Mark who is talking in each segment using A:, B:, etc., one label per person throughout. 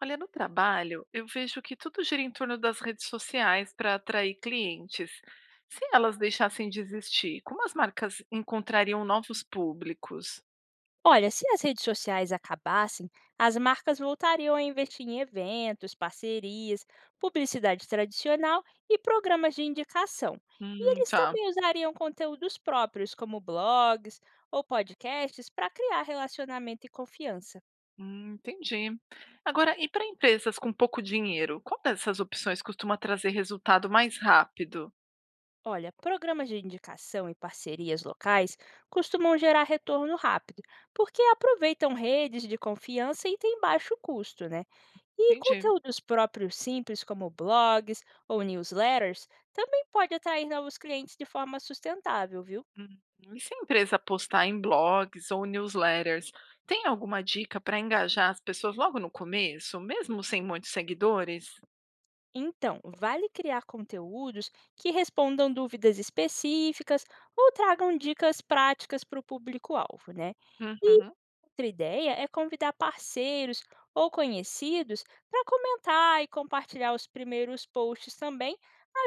A: Olha, no trabalho, eu vejo que tudo gira em torno das redes sociais para atrair clientes. Se elas deixassem de existir, como as marcas encontrariam novos públicos?
B: Olha, se as redes sociais acabassem, as marcas voltariam a investir em eventos, parcerias, publicidade tradicional e programas de indicação. E eles
A: Tá.
B: também usariam conteúdos próprios, como blogs ou podcasts, para criar relacionamento e confiança.
A: Entendi. Agora, e para empresas com pouco dinheiro, qual dessas opções costuma trazer resultado mais rápido?
B: Olha, programas de indicação e parcerias locais costumam gerar retorno rápido, porque aproveitam redes de confiança e têm baixo custo, né? E
A: Entendi.
B: conteúdos próprios simples, como blogs ou newsletters, também pode atrair novos clientes de forma sustentável, viu?
A: Hum. E se a empresa postar em blogs ou newsletters, tem alguma dica para engajar as pessoas logo no começo, mesmo sem muitos seguidores?
B: Então, vale criar conteúdos que respondam dúvidas específicas ou tragam dicas práticas para o público-alvo, né? E
A: Uhum.
B: outra ideia é convidar parceiros ou conhecidos para comentar e compartilhar os primeiros posts também,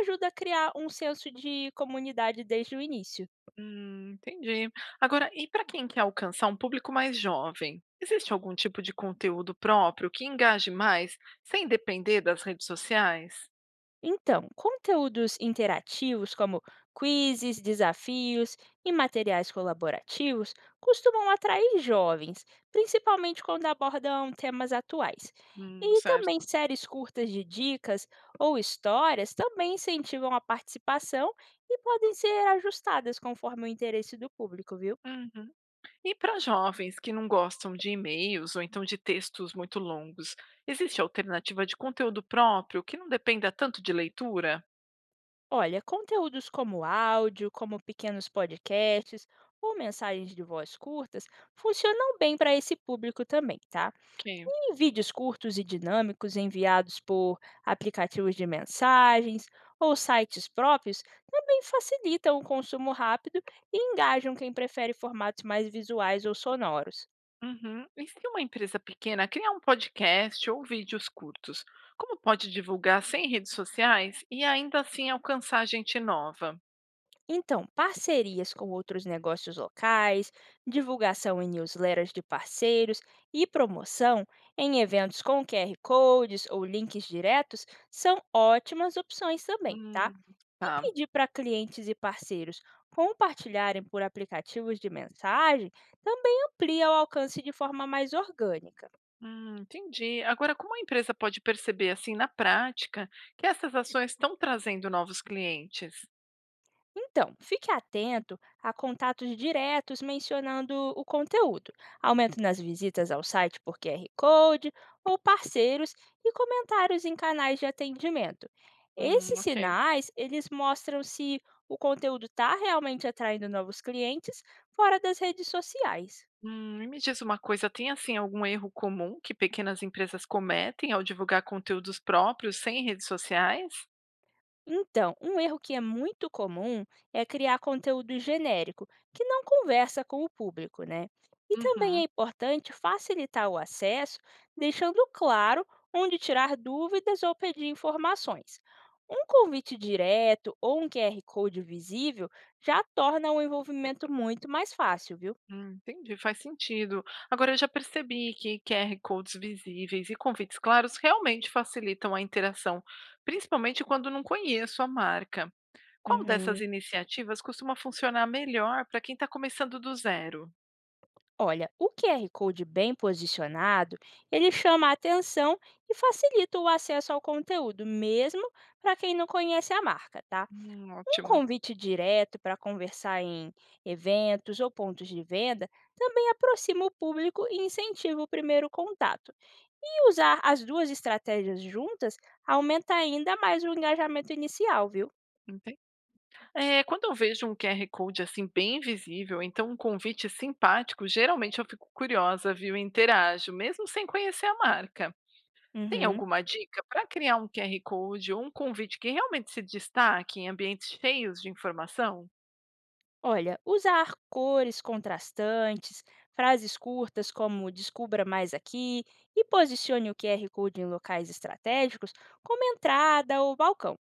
B: ajuda a criar um senso de comunidade desde o início.
A: Entendi. Agora, e para quem quer alcançar um público mais jovem, existe algum tipo de conteúdo próprio que engaje mais, sem depender das redes sociais?
B: Então, conteúdos interativos como quizzes, desafios e materiais colaborativos costumam atrair jovens, principalmente quando abordam temas atuais. E também
A: Certo.
B: séries curtas de dicas ou histórias também incentivam a participação e podem ser ajustadas conforme o interesse do público, viu?
A: Uhum. E para jovens que não gostam de e-mails ou então de textos muito longos, existe alternativa de conteúdo próprio que não dependa tanto de leitura?
B: Olha, conteúdos como áudio, como pequenos podcasts ou mensagens de voz curtas funcionam bem para esse público também, tá?
A: Ok.
B: Em vídeos curtos e dinâmicos enviados por aplicativos de mensagens ou sites próprios, também facilitam o consumo rápido e engajam quem prefere formatos mais visuais ou sonoros.
A: Uhum. E se uma empresa pequena criar um podcast ou vídeos curtos, como pode divulgar sem redes sociais e ainda assim alcançar gente nova?
B: Então, parcerias com outros negócios locais, divulgação em newsletters de parceiros e promoção em eventos com QR codes ou links diretos são ótimas opções também, tá?
A: Hum,
B: E
A: tá.
B: pedir para clientes e parceiros compartilharem por aplicativos de mensagem também amplia o alcance de forma mais orgânica.
A: Entendi. Agora, como a empresa pode perceber assim na prática que essas ações estão trazendo novos clientes?
B: Então, fique atento a contatos diretos mencionando o conteúdo, aumento nas visitas ao site por QR Code ou parceiros e comentários em canais de atendimento. Esses
A: Ok.
B: sinais, eles mostram se o conteúdo está realmente atraindo novos clientes fora das redes sociais.
A: E me diz uma coisa, tem assim algum erro comum que pequenas empresas cometem ao divulgar conteúdos próprios sem redes sociais?
B: Então, um erro que é muito comum é criar conteúdo genérico, que não conversa com o público, né? E também é
A: Uhum.
B: importante facilitar o acesso, deixando claro onde tirar dúvidas ou pedir informações. Um convite direto ou um QR Code visível já torna o envolvimento muito mais fácil, viu?
A: Entendi, faz sentido. Agora eu já percebi que QR codes visíveis e convites claros realmente facilitam a interação, principalmente quando não conheço a marca. Qual dessas
B: Uhum.
A: iniciativas costuma funcionar melhor para quem está começando do zero?
B: Olha, o QR Code bem posicionado, ele chama a atenção e facilita o acesso ao conteúdo, mesmo para quem não conhece a marca, tá? Um
A: Ótimo.
B: convite direto para conversar em eventos ou pontos de venda também aproxima o público e incentiva o primeiro contato. E usar as duas estratégias juntas aumenta ainda mais o engajamento inicial, viu?
A: Entendi. É, quando eu vejo um QR Code assim bem visível, então um convite simpático, geralmente eu fico curiosa, viu? E interajo, mesmo sem conhecer a marca. Tem
B: Uhum.
A: alguma dica para criar um QR Code ou um convite que realmente se destaque em ambientes cheios de informação?
B: Olha, usar cores contrastantes, frases curtas como descubra mais aqui e posicione o QR Code em locais estratégicos, como entrada ou balcão.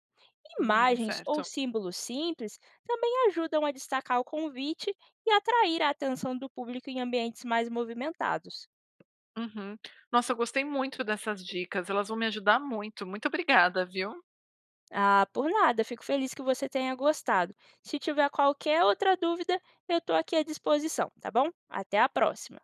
B: Imagens ou
A: Certo.
B: símbolos simples também ajudam a destacar o convite e atrair a atenção do público em ambientes mais movimentados.
A: Uhum. Nossa, eu gostei muito dessas dicas, elas vão me ajudar muito. Muito obrigada, viu?
B: Ah, por nada, fico feliz que você tenha gostado. Se tiver qualquer outra dúvida, eu estou aqui à disposição, tá bom? Até a próxima!